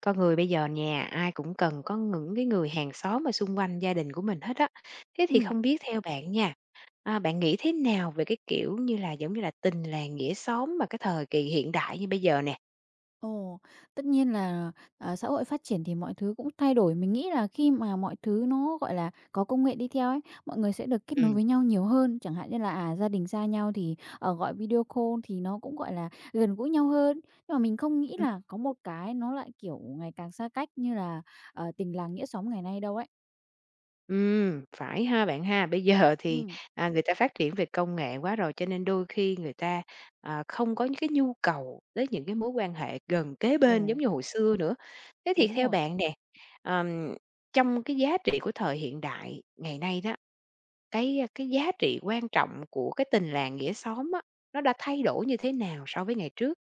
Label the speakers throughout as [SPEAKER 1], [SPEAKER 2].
[SPEAKER 1] Con người bây giờ nha, ai cũng cần có những cái người hàng xóm mà xung quanh gia đình của mình hết á. Thế thì
[SPEAKER 2] Ừm,
[SPEAKER 1] không biết theo bạn nha, bạn nghĩ thế nào về cái kiểu như là giống như là tình làng nghĩa xóm mà cái thời kỳ hiện đại như bây giờ nè?
[SPEAKER 2] ồ, tất nhiên là, ờ, xã hội phát triển thì mọi thứ cũng thay đổi. Mình nghĩ là khi mà mọi thứ nó, gọi là, có công nghệ đi theo ấy, mọi người sẽ được kết nối
[SPEAKER 1] Ừm.
[SPEAKER 2] với nhau nhiều hơn. Chẳng hạn như là, à, gia đình xa nhau thì, ở gọi video call thì nó cũng, gọi là, gần gũi nhau hơn. Nhưng mà mình không nghĩ
[SPEAKER 1] Ừm,
[SPEAKER 2] là có một cái nó lại, kiểu, ngày càng xa cách như là, ờ, tình làng nghĩa xóm ngày nay đâu ấy.
[SPEAKER 1] phải ha bạn ha. Bây giờ thì,
[SPEAKER 2] Ừm,
[SPEAKER 1] người ta phát triển về công nghệ quá rồi, cho nên đôi khi người ta, không có những cái nhu cầu tới những cái mối quan hệ gần kế
[SPEAKER 2] ồ,
[SPEAKER 1] bên giống như hồi xưa nữa. Thế thì
[SPEAKER 2] đúng
[SPEAKER 1] theo
[SPEAKER 2] rồi.
[SPEAKER 1] bạn nè, ờm, trong cái giá trị của thời hiện đại ngày nay đó. Cái giá trị quan trọng của cái tình làng nghĩa xóm á, nó đã thay đổi như thế nào so với ngày trước?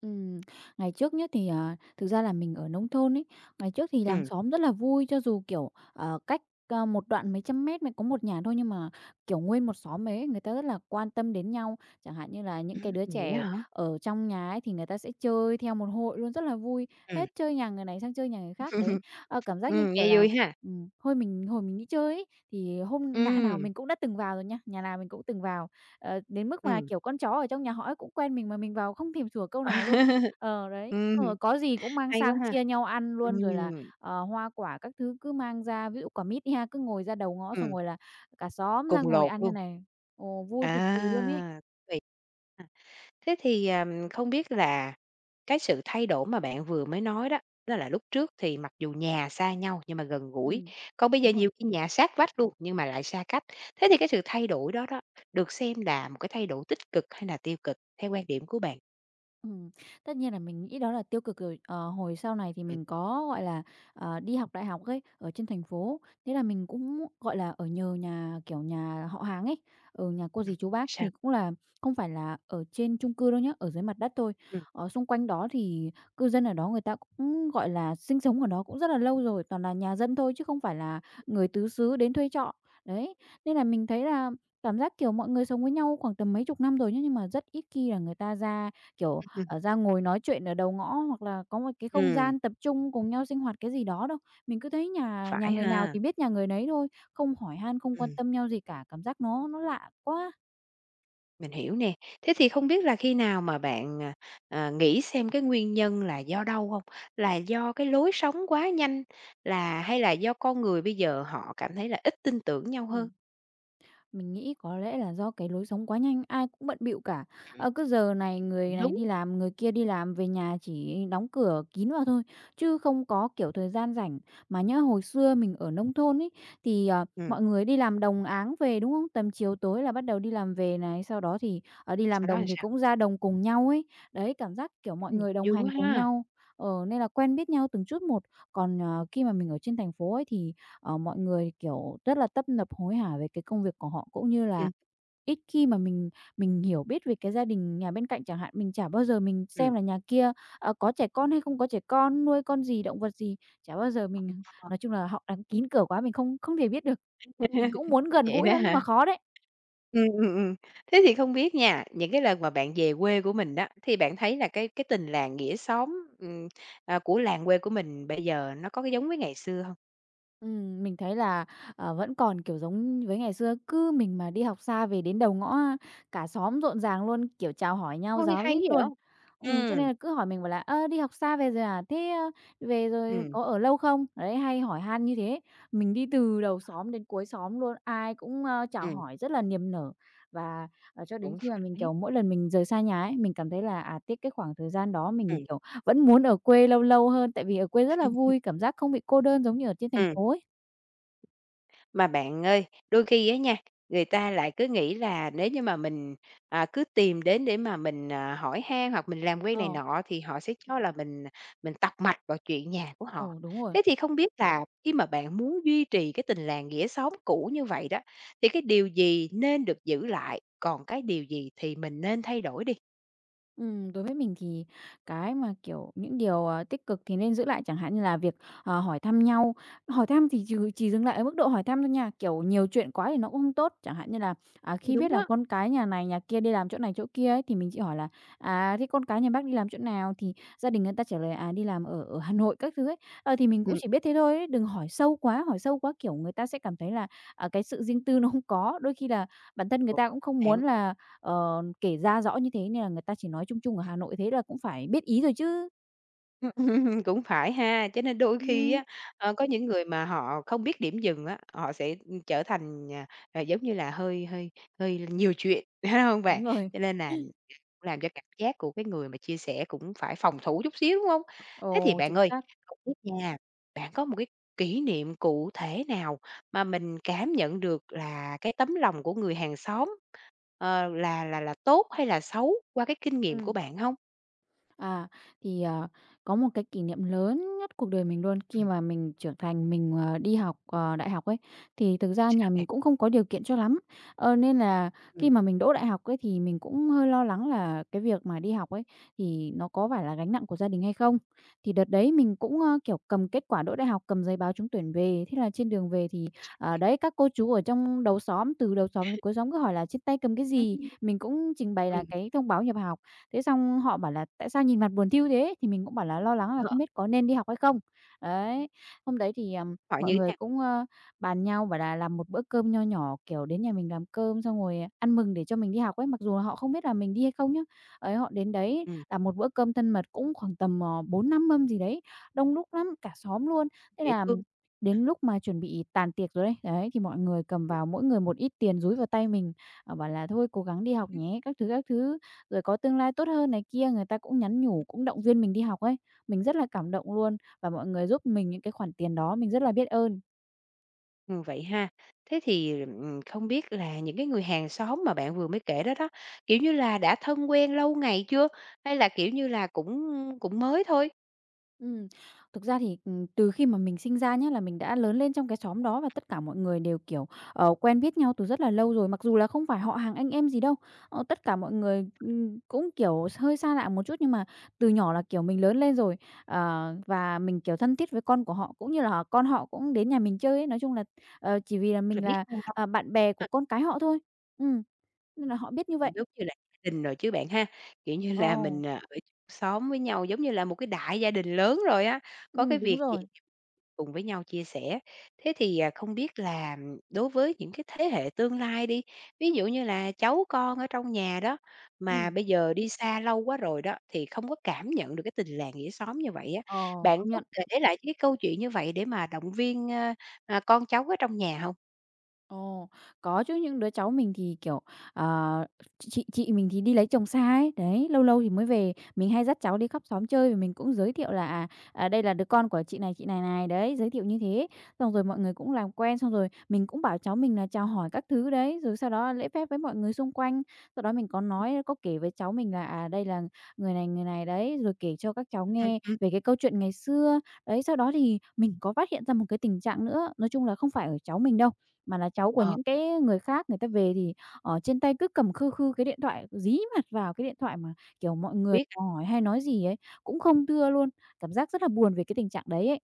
[SPEAKER 2] Ừm, ngày trước nhá thì, à, thực ra là mình ở nông thôn ấy, ngày trước thì làng
[SPEAKER 1] Ừm.
[SPEAKER 2] xóm rất là vui cho dù, kiểu, ờ, cách, ơ, một đoạn mấy trăm mét mới có một nhà thôi nhưng mà, kiểu, nguyên một xóm ấy, người ta rất là quan tâm đến nhau. Chẳng hạn như là những cái đứa
[SPEAKER 1] Vậy
[SPEAKER 2] trẻ
[SPEAKER 1] á hả?
[SPEAKER 2] ở trong nhà ấy thì người ta sẽ chơi theo một hội luôn, rất là vui,
[SPEAKER 1] Ừm.
[SPEAKER 2] hết chơi nhà người này sang chơi nhà người khác. Đấy, ờ, cảm giác như kiểu
[SPEAKER 1] Nghe
[SPEAKER 2] là,
[SPEAKER 1] vui ha.
[SPEAKER 2] hồi mình đi chơi ấy, thì hôm nhà nào
[SPEAKER 1] Ừm,
[SPEAKER 2] mình cũng đã từng vào rồi nha, nhà nào mình cũng từng vào. Ờ, đến mức mà,
[SPEAKER 1] ừm.
[SPEAKER 2] kiểu, con chó ở trong nhà họ ấy cũng quen mình mà mình vào không thèm sủa câu nào luôn. Ờ, đấy,
[SPEAKER 1] Ừm,
[SPEAKER 2] xong rồi có gì cũng mang
[SPEAKER 1] hay quá
[SPEAKER 2] sang
[SPEAKER 1] ha.
[SPEAKER 2] chia nhau ăn luôn, rồi là,
[SPEAKER 1] Ừm,
[SPEAKER 2] ờ, hoa quả các thứ cứ mang ra, ví dụ quả mít đi ha, cứ ngồi ra đầu ngõ xong
[SPEAKER 1] Ừm,
[SPEAKER 2] rồi là cả xóm ra
[SPEAKER 1] cùng
[SPEAKER 2] ngồi
[SPEAKER 1] lột
[SPEAKER 2] ăn như
[SPEAKER 1] luôn.
[SPEAKER 2] này. Ồ, vui cực kỳ luôn ấy.
[SPEAKER 1] À, tuyệt. Thế thì, không biết là cái sự thay đổi mà bạn vừa mới nói đó, đó là lúc trước thì mặc dù nhà xa nhau nhưng mà gần gũi,
[SPEAKER 2] Ừm.
[SPEAKER 1] còn bây giờ
[SPEAKER 2] Đúng rồi.
[SPEAKER 1] nhiều khi nhà sát vách luôn nhưng mà lại xa cách. Thế thì cái sự thay đổi đó đó, được xem là một cái thay đổi tích cực hay là tiêu cực theo quan điểm của bạn?
[SPEAKER 2] Ừm, tất nhiên là mình nghĩ đó là tiêu cực rồi. Ờ, hồi sau này thì
[SPEAKER 1] Ừm,
[SPEAKER 2] mình có, gọi là, ờ, đi học đại học ấy, ở trên thành phố, thế là mình cũng, gọi là, ở nhờ nhà, kiểu, nhà họ hàng ấy, ở nhà cô
[SPEAKER 1] ừm,
[SPEAKER 2] dì chú bác
[SPEAKER 1] sao?
[SPEAKER 2] thì cũng là không phải là ở trên chung cư đâu nhá, ở dưới mặt đất thôi.
[SPEAKER 1] Ừm.
[SPEAKER 2] Ở xung quanh đó thì cư dân ở đó người ta cũng, gọi là, sinh sống ở đó cũng rất là lâu rồi, toàn là nhà dân thôi chứ không phải là người tứ xứ đến thuê trọ. Đấy, nên là mình thấy là cảm giác, kiểu, mọi người sống với nhau khoảng tầm mấy chục năm rồi nhá, nhưng mà rất ít khi là người ta ra, kiểu
[SPEAKER 1] Ừm,
[SPEAKER 2] ở ra ngồi nói chuyện ở đầu ngõ hoặc là có một cái không gian tập trung cùng nhau sinh hoạt cái gì đó đâu. Mình cứ thấy nhà nhà
[SPEAKER 1] phải
[SPEAKER 2] người nào
[SPEAKER 1] ha.
[SPEAKER 2] thì biết nhà người nấy thôi, không hỏi han, không quan
[SPEAKER 1] Ừm.
[SPEAKER 2] tâm nhau gì cả, cảm giác nó lạ quá.
[SPEAKER 1] Mình hiểu nè. Thế thì không biết là khi nào mà bạn, nghĩ xem cái nguyên nhân là do đâu không? Là do cái lối sống quá nhanh, hay là do con người bây giờ họ cảm thấy là ít tin tưởng nhau hơn?
[SPEAKER 2] Ừm. Mình nghĩ có lẽ là do cái lối sống quá nhanh, ai cũng bận bịu cả.
[SPEAKER 1] Ừm.
[SPEAKER 2] Ờ, cứ giờ này người
[SPEAKER 1] Cũng
[SPEAKER 2] này
[SPEAKER 1] đúng.
[SPEAKER 2] đi làm, người kia đi làm, về nhà chỉ đóng cửa kín vào thôi,
[SPEAKER 1] Ừm.
[SPEAKER 2] chứ không có, kiểu, thời gian rảnh. Mà nhớ hồi xưa mình ở nông thôn ấy, thì, ờ, mọi người đi làm đồng áng về, đúng không? Tầm chiều tối là bắt đầu đi làm về này, sau đó thì, ờ, đi làm
[SPEAKER 1] Sau đó là
[SPEAKER 2] đồng thì
[SPEAKER 1] sao?
[SPEAKER 2] cũng ra đồng cùng nhau ấy. Đấy, cảm giác, kiểu, mọi
[SPEAKER 1] Ừm,
[SPEAKER 2] người đồng
[SPEAKER 1] vui
[SPEAKER 2] hành
[SPEAKER 1] quá
[SPEAKER 2] cùng
[SPEAKER 1] ha.
[SPEAKER 2] nhau, ờ, nên là quen biết nhau từng chút một. Còn, ờ, khi mà mình ở trên thành phố ấy thì ờ, mọi người, kiểu, rất là tấp nập hối hả về cái công việc của họ, cũng như là
[SPEAKER 1] Ừm,
[SPEAKER 2] ít khi mà mình hiểu biết về cái gia đình nhà bên cạnh chẳng hạn. Mình chả bao giờ mình
[SPEAKER 1] ừm.
[SPEAKER 2] xem là nhà kia, ờ, có trẻ con hay không có trẻ con, nuôi con gì, động vật gì, chả bao giờ mình nói chung là họ đóng kín cửa quá, mình không không thể biết được. Mình cũng muốn gần
[SPEAKER 1] Vậy
[SPEAKER 2] gũi
[SPEAKER 1] đó
[SPEAKER 2] lắm nhưng mà
[SPEAKER 1] hả?
[SPEAKER 2] khó đấy.
[SPEAKER 1] Ừm, ừm, ừm. Thế thì không biết nha, những cái lần mà bạn về quê của mình đó, thì bạn thấy là cái tình làng nghĩa xóm, của làng quê của mình bây giờ nó có cái giống với ngày xưa không?
[SPEAKER 2] Mình thấy là, ờ, vẫn còn, kiểu, giống với ngày xưa, cứ mình mà đi học xa về đến đầu ngõ á, cả xóm rộn ràng luôn, kiểu, chào hỏi nhau
[SPEAKER 1] Ôi,
[SPEAKER 2] ráo
[SPEAKER 1] hay dữ
[SPEAKER 2] rít
[SPEAKER 1] vậy!
[SPEAKER 2] luôn. Cho nên
[SPEAKER 1] Ừm,
[SPEAKER 2] là cứ hỏi mình bảo là "Ơ, đi học xa về rồi à? Thế, ơ, về rồi
[SPEAKER 1] ừm,
[SPEAKER 2] có ở lâu không?" Đấy, hay hỏi han như thế. Mình đi từ đầu xóm đến cuối xóm luôn, ai cũng, ơ, chào
[SPEAKER 1] ừm,
[SPEAKER 2] hỏi rất là niềm nở. Và, ờ, cho đến
[SPEAKER 1] cũng
[SPEAKER 2] khi mà mình,
[SPEAKER 1] phải.
[SPEAKER 2] kiểu, mỗi lần mình rời xa nhà ấy, mình cảm thấy là, à, tiếc cái khoảng thời gian đó mình,
[SPEAKER 1] Ừm,
[SPEAKER 2] kiểu, vẫn muốn ở quê lâu lâu hơn, tại vì ở quê rất là vui, cảm giác không bị cô đơn giống như ở trên thành
[SPEAKER 1] ừm.
[SPEAKER 2] phố ấy.
[SPEAKER 1] Mà bạn ơi, đôi khi á nha, người ta lại cứ nghĩ là nếu như mà mình, cứ tìm đến để mà mình, hỏi han hoặc mình làm quen này
[SPEAKER 2] Ờ.
[SPEAKER 1] nọ thì họ sẽ cho là mình tọc mạch vào chuyện nhà của họ.
[SPEAKER 2] Ồ, đúng rồi.
[SPEAKER 1] Thế thì không biết là khi mà bạn muốn duy trì cái tình làng nghĩa xóm cũ như vậy đó, thì cái điều gì nên được giữ lại, còn cái điều gì thì mình nên thay đổi đi?
[SPEAKER 2] Đối với mình thì cái mà, kiểu, những điều, ờ, tích cực thì nên giữ lại, chẳng hạn như là việc, ờ, hỏi thăm nhau. Hỏi thăm thì chỉ dừng lại ở mức độ hỏi thăm thôi nha, kiểu, nhiều chuyện quá thì nó cũng không tốt. Chẳng hạn như là, à, khi biết
[SPEAKER 1] Đúng
[SPEAKER 2] là
[SPEAKER 1] á.
[SPEAKER 2] con cái nhà này nhà kia đi làm chỗ này chỗ kia ấy, thì mình chỉ hỏi là "À, thế con cái nhà bác đi làm chỗ nào?" Thì gia đình người ta trả lời: "À, đi làm ở ở Hà Nội" các thứ ấy. Ờ, thì mình cũng
[SPEAKER 1] Ừm,
[SPEAKER 2] chỉ biết thế thôi ấy, đừng hỏi sâu quá, hỏi sâu quá, kiểu, người ta sẽ cảm thấy là, à, cái sự riêng tư nó không có. Đôi khi là bản thân người ta cũng không
[SPEAKER 1] bạn.
[SPEAKER 2] muốn là ờ, kể ra rõ như thế nên là người ta chỉ nói chung chung ở Hà Nội thế là cũng phải biết ý rồi chứ.
[SPEAKER 1] Cũng phải ha. Cho nên đôi khi
[SPEAKER 2] Ừm,
[SPEAKER 1] á, có những người mà họ không biết điểm dừng á, họ sẽ, trở thành, giống như là, hơi hơi hơi nhiều chuyện, phải hông bạn?
[SPEAKER 2] đúng rồi.
[SPEAKER 1] Cho nên là làm cho cảm giác của cái người mà chia sẻ cũng phải phòng thủ chút xíu, đúng hông? Thế thì
[SPEAKER 2] Ồ,
[SPEAKER 1] bạn
[SPEAKER 2] chính
[SPEAKER 1] ơi,
[SPEAKER 2] xác.
[SPEAKER 1] không biết nha, bạn có một cái kỷ niệm cụ thể nào mà mình cảm nhận được là cái tấm lòng của người hàng xóm, là tốt hay là xấu qua cái kinh nghiệm của
[SPEAKER 2] Ừm.
[SPEAKER 1] bạn hông?
[SPEAKER 2] À, thì, ờ, có một cái kỷ niệm lớn nhất cuộc đời mình luôn khi
[SPEAKER 1] Ừm,
[SPEAKER 2] mà mình trưởng thành, mình, ờ, đi học, ờ, đại học ấy, thì thực ra
[SPEAKER 1] sao
[SPEAKER 2] nhà mình
[SPEAKER 1] nè?
[SPEAKER 2] cũng không có điều kiện cho lắm. Ờ, nên là khi
[SPEAKER 1] Ừm.
[SPEAKER 2] mà mình đỗ đại học ấy thì mình cũng hơi lo lắng là cái việc mà đi học ấy thì nó có phải là gánh nặng của gia đình hay không? Thì đợt đấy mình cũng, ơ, kiểu, cầm kết quả đỗ đại học, cầm giấy báo trúng tuyển về, thế là trên đường về thì, ờ, đấy, các cô chú ở trong đầu xóm, từ đầu xóm đến cuối xóm cứ hỏi là "Trên tay cầm cái gì?"
[SPEAKER 1] Ừm.
[SPEAKER 2] Mình cũng trình bày là
[SPEAKER 1] Ừm.
[SPEAKER 2] cái thông báo nhập học. Thế xong họ bảo là "Tại sao nhìn mặt buồn thiu thế?" Thì mình cũng bảo là lo lắng là không biết có nên đi học hay không. Đấy, hôm đấy thì,
[SPEAKER 1] Họ
[SPEAKER 2] mọi
[SPEAKER 1] như
[SPEAKER 2] người
[SPEAKER 1] thế nào?
[SPEAKER 2] cũng, ơ, bàn nhau bảo là làm một bữa cơm nho nhỏ, kiểu, đến nhà mình làm cơm xong rồi ăn mừng để cho mình đi học ấy, mặc dù là họ không biết là mình đi hay không nhá. Ấy, họ đến đấy
[SPEAKER 1] Ừm,
[SPEAKER 2] làm một bữa cơm thân mật cũng khoảng tầm, ờ, 4-5 mâm gì đấy, đông đúc lắm, cả xóm luôn. Thế
[SPEAKER 1] dễ
[SPEAKER 2] là
[SPEAKER 1] thương.
[SPEAKER 2] đến lúc mà chuẩn bị tàn tiệc rồi đấy, đấy, thì mọi người cầm vào mỗi người một ít tiền dúi vào tay mình, ờ, bảo là "Thôi cố gắng đi học
[SPEAKER 1] Hứm.
[SPEAKER 2] nhé" các thứ rồi có tương lai tốt hơn này kia, người ta cũng nhắn nhủ, cũng động viên mình đi học ấy. Mình rất là cảm động luôn và mọi người giúp mình những cái khoản tiền đó, mình rất là biết ơn.
[SPEAKER 1] Vậy ha. Thế thì, không biết là những cái người hàng xóm mà bạn vừa mới kể đó đó, kiểu như là, đã thân quen lâu ngày chưa? Hay là, kiểu như là, cũng cũng mới thôi,
[SPEAKER 2] Ừm, thực ra thì, từ khi mà mình sinh ra nhá, là mình đã lớn lên trong cái xóm đó và tất cả mọi người đều, kiểu, ờ, quen biết nhau từ rất là lâu rồi, mặc dù là không phải họ hàng anh em gì đâu. Ờ, tất cả mọi người, cũng, kiểu, hơi xa lạ một chút nhưng mà từ nhỏ là, kiểu, mình lớn lên rồi, ờ, và mình, kiểu, thân thiết với con của họ, cũng như là con họ cũng đến nhà mình chơi ấy. Nói chung là, ờ, chỉ vì là
[SPEAKER 1] là
[SPEAKER 2] mình
[SPEAKER 1] biết
[SPEAKER 2] là,
[SPEAKER 1] lâu lắm?
[SPEAKER 2] à, bạn bè của
[SPEAKER 1] À,
[SPEAKER 2] con cái họ thôi. Ừm, nên là họ biết như vậy.
[SPEAKER 1] cũng giống như là gia đình rồi chứ bạn ha. Kiểu như là,
[SPEAKER 2] Ồ.
[SPEAKER 1] mình, ở xóm với nhau giống như là một cái đại gia đình lớn rồi á, có cái
[SPEAKER 2] Đúng
[SPEAKER 1] việc
[SPEAKER 2] rồi.
[SPEAKER 1] cùng với nhau chia sẻ. Thế thì, không biết là đối với những cái thế hệ tương lai đi, ví dụ như là cháu con ở trong nhà đó, mà
[SPEAKER 2] Ừm.
[SPEAKER 1] bây giờ đi xa lâu quá rồi đó, thì không có cảm nhận được cái tình làng nghĩa xóm như vậy á,
[SPEAKER 2] Ờ,
[SPEAKER 1] bạn
[SPEAKER 2] công
[SPEAKER 1] có
[SPEAKER 2] nhận.
[SPEAKER 1] kể lại cái câu chuyện như vậy để mà động viên, con cháu ở trong nhà không?
[SPEAKER 2] Ồ, có chứ, những đứa cháu mình thì, kiểu, ờ, chị mình thì đi lấy chồng xa ấy, đấy, lâu lâu thì mới về. Mình hay dắt cháu đi khắp xóm chơi và mình cũng giới thiệu là, à, à, "Đây là đứa con của chị này này." Đấy, giới thiệu như thế. Xong rồi mọi người cũng làm quen, xong rồi mình cũng bảo cháu mình là chào hỏi các thứ đấy, rồi sau đó lễ phép với mọi người xung quanh. Sau đó mình có nói có kể với cháu mình là, đây là người này đấy, rồi kể cho các cháu
[SPEAKER 1] Ừm,
[SPEAKER 2] nghe
[SPEAKER 1] ừm.
[SPEAKER 2] về cái câu chuyện ngày xưa. Đấy, sau đó thì mình có phát hiện ra một cái tình trạng nữa, nói chung là không phải ở cháu mình đâu, mà là cháu của
[SPEAKER 1] Ờ,
[SPEAKER 2] những cái người khác người ta về thì, ở trên tay cứ cầm khư khư cái điện thoại, dí mặt vào cái điện thoại mà, kiểu, mọi người
[SPEAKER 1] biết.
[SPEAKER 2] hỏi hay nói gì ấy, cũng không thưa luôn. Cảm giác rất là buồn về cái tình trạng đấy ấy.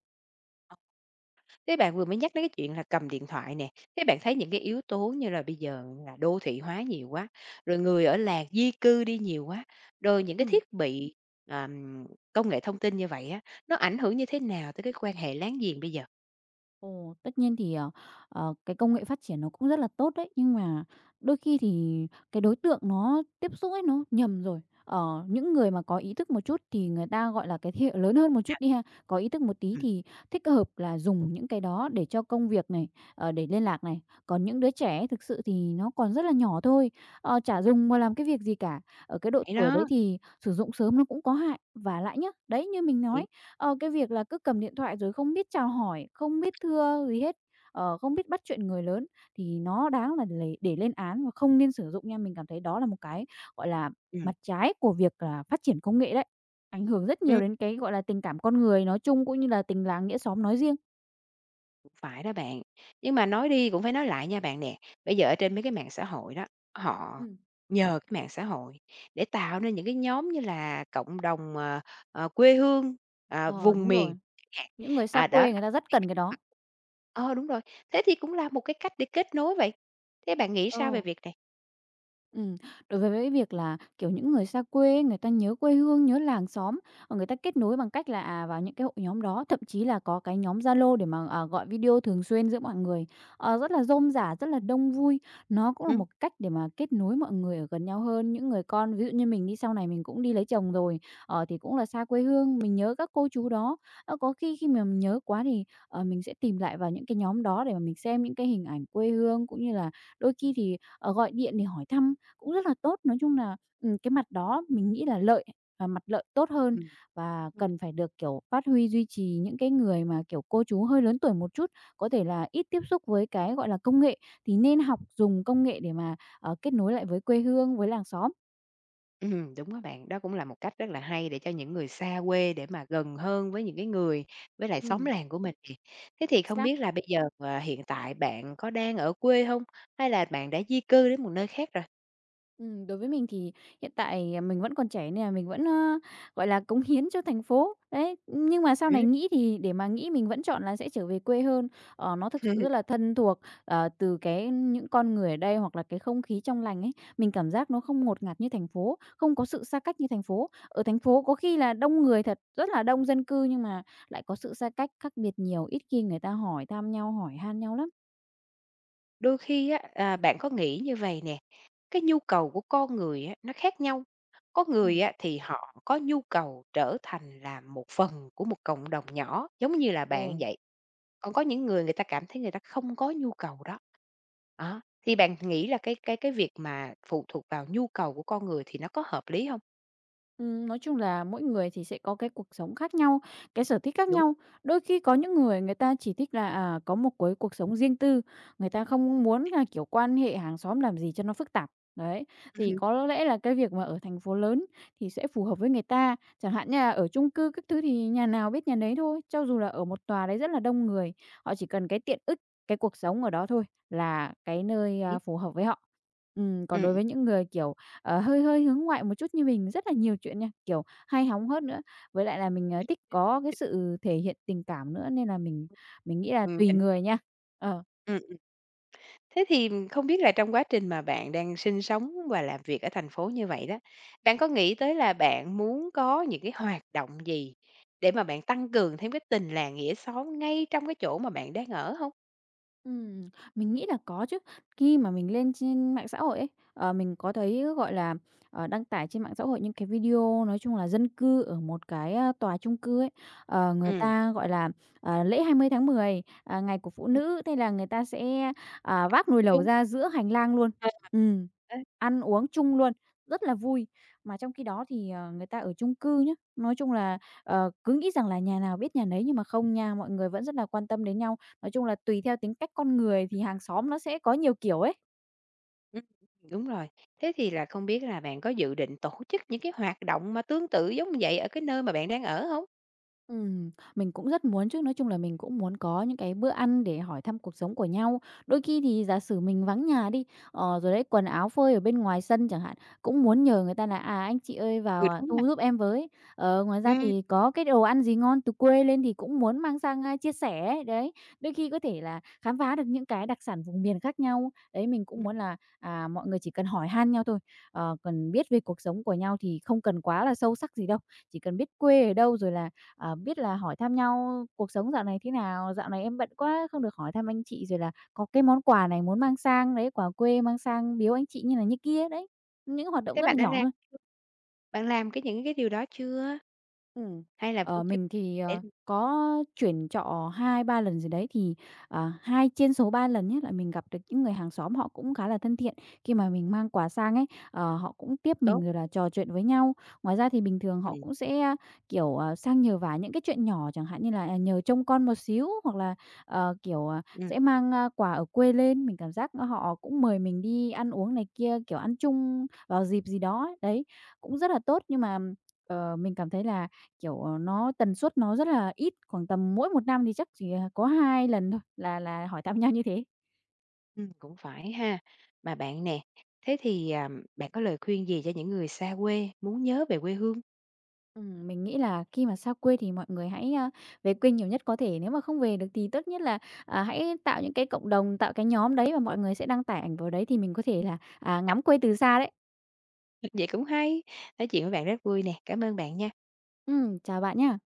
[SPEAKER 1] Thế bạn vừa mới nhắc đến cái chuyện là cầm điện thoại nè, thế bạn thấy những cái yếu tố như là bây giờ là đô thị hóa nhiều quá, rồi người ở làng di cư đi nhiều quá, rồi những cái
[SPEAKER 2] Ừm.
[SPEAKER 1] thiết bị, ờm, công nghệ thông tin như vậy á, nó ảnh hưởng như thế nào tới cái quan hệ láng giềng bây giờ?
[SPEAKER 2] Ồ, tất nhiên thì, cái công nghệ phát triển nó cũng rất là tốt đấy, nhưng mà đôi khi thì cái đối tượng nó tiếp xúc ấy nó nhầm rồi. Ờ, những người mà có ý thức một chút thì người ta, gọi là, cái thế hệ lớn hơn một chút đi ha, có ý thức một tí
[SPEAKER 1] Ừm,
[SPEAKER 2] thì thích hợp là dùng những cái đó để cho công việc này, để liên lạc này. Còn những đứa trẻ ấy thực sự thì nó còn rất là nhỏ thôi, chả dùng mà làm cái việc gì cả. Ở cái độ
[SPEAKER 1] vậy
[SPEAKER 2] tuổi đấy
[SPEAKER 1] đó,
[SPEAKER 2] thì sử dụng sớm nó cũng có hại. Và lại nhá, đấy, như mình nói.
[SPEAKER 1] thì
[SPEAKER 2] Cái việc là cứ cầm điện thoại rồi không biết chào hỏi, không biết thưa gì hết, không biết bắt chuyện người lớn thì nó đáng là lề để lên án và không nên sử dụng nha. Mình cảm thấy đó là một cái, gọi là,
[SPEAKER 1] ừm.
[SPEAKER 2] mặt trái của việc là phát triển công nghệ đấy, ảnh hưởng rất nhiều đến cái, gọi là, tình cảm con người nói chung cũng như là tình làng nghĩa xóm nói riêng.
[SPEAKER 1] Phải đó bạn, nhưng mà nói đi cũng phải nói lại nha bạn nè. Bây giờ ở trên mấy cái mạng xã hội đó, họ
[SPEAKER 2] Ừm.
[SPEAKER 1] nhờ cái mạng xã hội để tạo nên những cái nhóm như là cộng đồng, quê hương,
[SPEAKER 2] Ờ,
[SPEAKER 1] vùng
[SPEAKER 2] đúng rồi,
[SPEAKER 1] miền.
[SPEAKER 2] những người xa
[SPEAKER 1] À, đó
[SPEAKER 2] quê người
[SPEAKER 1] là
[SPEAKER 2] ta rất cần cái đó.
[SPEAKER 1] ờ, đúng rồi, thế thì cũng là một cái cách để kết nối vậy. Thế bạn nghĩ
[SPEAKER 2] Ờ.
[SPEAKER 1] sao về việc này?
[SPEAKER 2] Ừm, đối với cái việc là, kiểu, những người xa quê ấy, người ta nhớ quê hương, nhớ làng xóm, người ta kết nối bằng cách là, vào những cái hội nhóm đó, thậm chí là có cái nhóm Zalo để mà, gọi video thường xuyên giữa mọi người, rất là rôm rả, rất là đông vui. Nó cũng là
[SPEAKER 1] Ừm.
[SPEAKER 2] một cách để mà kết nối mọi người ở gần nhau hơn. Những người con, ví dụ như mình đi, sau này mình cũng đi lấy chồng rồi, thì cũng là xa quê hương, mình nhớ các cô chú đó. Có khi khi mà mình nhớ quá thì, mình sẽ tìm lại vào những cái nhóm đó để mà mình xem những cái hình ảnh quê hương, cũng như là đôi khi thì, gọi điện để hỏi thăm. Cũng rất là tốt, nói chung là, cái mặt đó mình nghĩ là lợi và mặt lợi tốt hơn
[SPEAKER 1] Ừm.
[SPEAKER 2] và cần phải được, kiểu, phát huy duy trì những cái người mà, kiểu, cô chú hơi lớn tuổi một chút, có thể là ít tiếp xúc với cái, gọi là, công nghệ, thì nên học dùng công nghệ để mà, kết nối lại với quê hương, với làng xóm.
[SPEAKER 1] Đúng á bạn. Đó cũng là một cách rất là hay để cho những người xa quê để mà gần hơn với những cái người với lại xóm
[SPEAKER 2] Ừm,
[SPEAKER 1] làng của mình nè. Thế thì
[SPEAKER 2] chính
[SPEAKER 1] không
[SPEAKER 2] xác.
[SPEAKER 1] biết là bây giờ, hiện tại bạn có đang ở quê không? Hay là bạn đã di cư đến một nơi khác rồi?
[SPEAKER 2] Đối với mình thì hiện tại mình vẫn còn trẻ nên là mình vẫn, gọi là, cống hiến cho thành phố, đấy. Nhưng mà sau
[SPEAKER 1] Ừm.
[SPEAKER 2] này nghĩ thì để mà nghĩ mình vẫn chọn là sẽ trở về quê hơn. Nó thực sự rất là thân thuộc, từ cái những con người ở đây hoặc là cái không khí trong lành ấy, mình cảm giác nó không ngột ngạt như thành phố, không có sự xa cách như thành phố. Ở thành phố có khi là đông người thật, rất là đông dân cư nhưng mà lại có sự xa cách khác biệt nhiều, ít khi người ta hỏi thăm nhau, hỏi han nhau lắm.
[SPEAKER 1] Đôi khi á, bạn có nghĩ như vậy nè, cái nhu cầu của con người á, nó khác nhau. Có
[SPEAKER 2] Ừm,
[SPEAKER 1] người á, thì họ có nhu cầu trở thành là một phần của một cộng đồng nhỏ giống như là
[SPEAKER 2] ồ.
[SPEAKER 1] bạn vậy. Còn có những người người ta cảm thấy người ta không có nhu cầu đó. Đó, thì bạn nghĩ là cái việc mà phụ thuộc vào nhu cầu của con người thì nó có hợp lý hông?
[SPEAKER 2] Nói chung là mỗi người thì sẽ có cái cuộc sống khác nhau, cái sở thích khác
[SPEAKER 1] Đúng.
[SPEAKER 2] nhau. Đôi khi có những người người ta chỉ thích là, có một cái cuộc sống riêng tư, người ta không muốn là, kiểu, quan hệ hàng xóm làm gì cho nó phức tạp. Đấy, thì có lẽ là cái việc mà ở thành phố lớn thì sẽ phù hợp với người ta. Chẳng hạn như là ở chung cư các thứ thì nhà nào biết nhà đấy thôi, cho dù là ở một tòa đấy rất là đông người, họ chỉ cần cái tiện ích, cái cuộc sống ở đó thôi là cái nơi,
[SPEAKER 1] Lý.
[SPEAKER 2] phù hợp với họ. Còn đối
[SPEAKER 1] Ừm.
[SPEAKER 2] với những người, kiểu, hơi hơi hướng ngoại một chút như mình rất là nhiều chuyện nha, kiểu, hay hóng hớt nữa. Với lại là mình, thích có cái sự thể hiện tình cảm nữa nên là mình nghĩ là tùy
[SPEAKER 1] Mình
[SPEAKER 2] người nha. Ờ.
[SPEAKER 1] ừm, thế thì không biết là trong quá trình mà bạn đang sinh sống và làm việc ở thành phố như vậy đó, bạn có nghĩ tới là bạn muốn có những cái hoạt động gì để mà bạn tăng cường thêm cái tình làng nghĩa xóm ngay trong cái chỗ mà bạn đang ở hông?
[SPEAKER 2] Ừm, mình nghĩ là có chứ. Khi mà mình lên trên mạng xã hội ấy, mình có thấy, gọi là, đăng tải trên mạng xã hội những cái video nói chung là dân cư ở một cái, tòa chung cư ấy, người
[SPEAKER 1] Ừm,
[SPEAKER 2] ta, gọi là, lễ 20/10 ngày của phụ
[SPEAKER 1] ừm,
[SPEAKER 2] nữ, thế là người ta sẽ, vác nồi lẩu
[SPEAKER 1] chung.
[SPEAKER 2] ra giữa hành lang luôn. Ừm.
[SPEAKER 1] Ờ.
[SPEAKER 2] Ăn uống chung luôn, rất là vui. Mà trong khi đó thì, người ta ở chung cư nhá, nói chung là, cứ nghĩ rằng là nhà nào biết nhà nấy nhưng mà không nha, mọi người vẫn rất là quan tâm đến nhau. Nói chung là tùy theo tính cách con người thì hàng xóm nó sẽ có nhiều kiểu ấy.
[SPEAKER 1] Ừm, đúng rồi. Thế thì là không biết là bạn có dự định tổ chức những cái hoạt động mà tương tự giống như vậy ở cái nơi mà bạn đang ở không?
[SPEAKER 2] Mình cũng rất muốn chứ, nói chung là mình cũng muốn có những cái bữa ăn để hỏi thăm cuộc sống của nhau. Đôi khi thì giả sử mình vắng nhà đi, rồi đấy, quần áo phơi ở bên ngoài sân chẳng hạn, cũng muốn nhờ người ta là "À, anh chị ơi
[SPEAKER 1] Ừ,
[SPEAKER 2] vào, à,
[SPEAKER 1] đúng rồi.
[SPEAKER 2] thu giúp em với." Ngoài ra
[SPEAKER 1] Ừm,
[SPEAKER 2] thì có cái đồ ăn gì ngon từ quê lên thì cũng muốn mang sang, chia sẻ ấy, đấy. Đôi khi có thể là khám phá được những cái đặc sản vùng miền khác nhau. Đấy, mình cũng
[SPEAKER 1] ừm.
[SPEAKER 2] muốn là, mọi người chỉ cần hỏi han nhau thôi, cần biết về cuộc sống của nhau thì không cần quá là sâu sắc gì đâu, chỉ cần biết quê ở đâu rồi là biết là hỏi thăm nhau cuộc sống dạo này thế nào, "Dạo này em bận quá, không được hỏi thăm anh chị." Rồi là "Có cái món quà này muốn mang sang." Đấy, quà quê mang sang biếu anh chị như này như kia, đấy. Những hoạt động
[SPEAKER 1] Thế
[SPEAKER 2] rất là
[SPEAKER 1] bạn đã
[SPEAKER 2] nhỏ
[SPEAKER 1] làm
[SPEAKER 2] thôi.
[SPEAKER 1] bạn làm cái những cái điều đó chưa?
[SPEAKER 2] Ừ,
[SPEAKER 1] Hay là cũng chưa
[SPEAKER 2] mình thì,
[SPEAKER 1] để làm
[SPEAKER 2] có chuyển trọ hai ba lần gì đấy thì, 2 trên số ba lần ấy là mình gặp được những người hàng xóm họ cũng khá là thân thiện. Khi mà mình mang quà sang ấy, họ cũng tiếp mình
[SPEAKER 1] tốt?
[SPEAKER 2] rồi là trò chuyện với nhau. Ngoài ra thì bình thường họ
[SPEAKER 1] Ừm,
[SPEAKER 2] cũng sẽ, kiểu, sang nhờ vả những cái chuyện nhỏ, chẳng hạn như là, nhờ trông con một xíu hoặc là, kiểu,
[SPEAKER 1] ừm,
[SPEAKER 2] sẽ mang, quà ở quê lên. Mình cảm giác họ cũng mời mình đi ăn uống này kia, kiểu, ăn chung vào dịp gì đó ấy. Đấy, cũng rất là tốt nhưng mà, mình cảm thấy là kiểu, nó tần suất nó rất là ít, khoảng tầm mỗi một năm thì chắc chỉ, có 2 lần thôi là hỏi thăm nhau như thế.
[SPEAKER 1] cũng phải ha. Mà bạn nè, thế thì, bạn có lời khuyên gì cho những người xa quê muốn nhớ về quê hương?
[SPEAKER 2] Mình nghĩ là khi mà xa quê thì mọi người hãy, về quê nhiều nhất có thể, nếu mà không về được thì tốt nhất là, hãy tạo những cái cộng đồng, tạo cái nhóm đấy và mọi người sẽ đăng tải ảnh vào đấy thì mình có thể là, ngắm quê từ xa đấy.
[SPEAKER 1] Vậy cũng hay. Nói chuyện với bạn rất vui nè, cảm ơn bạn nha.
[SPEAKER 2] Chào bạn nhá.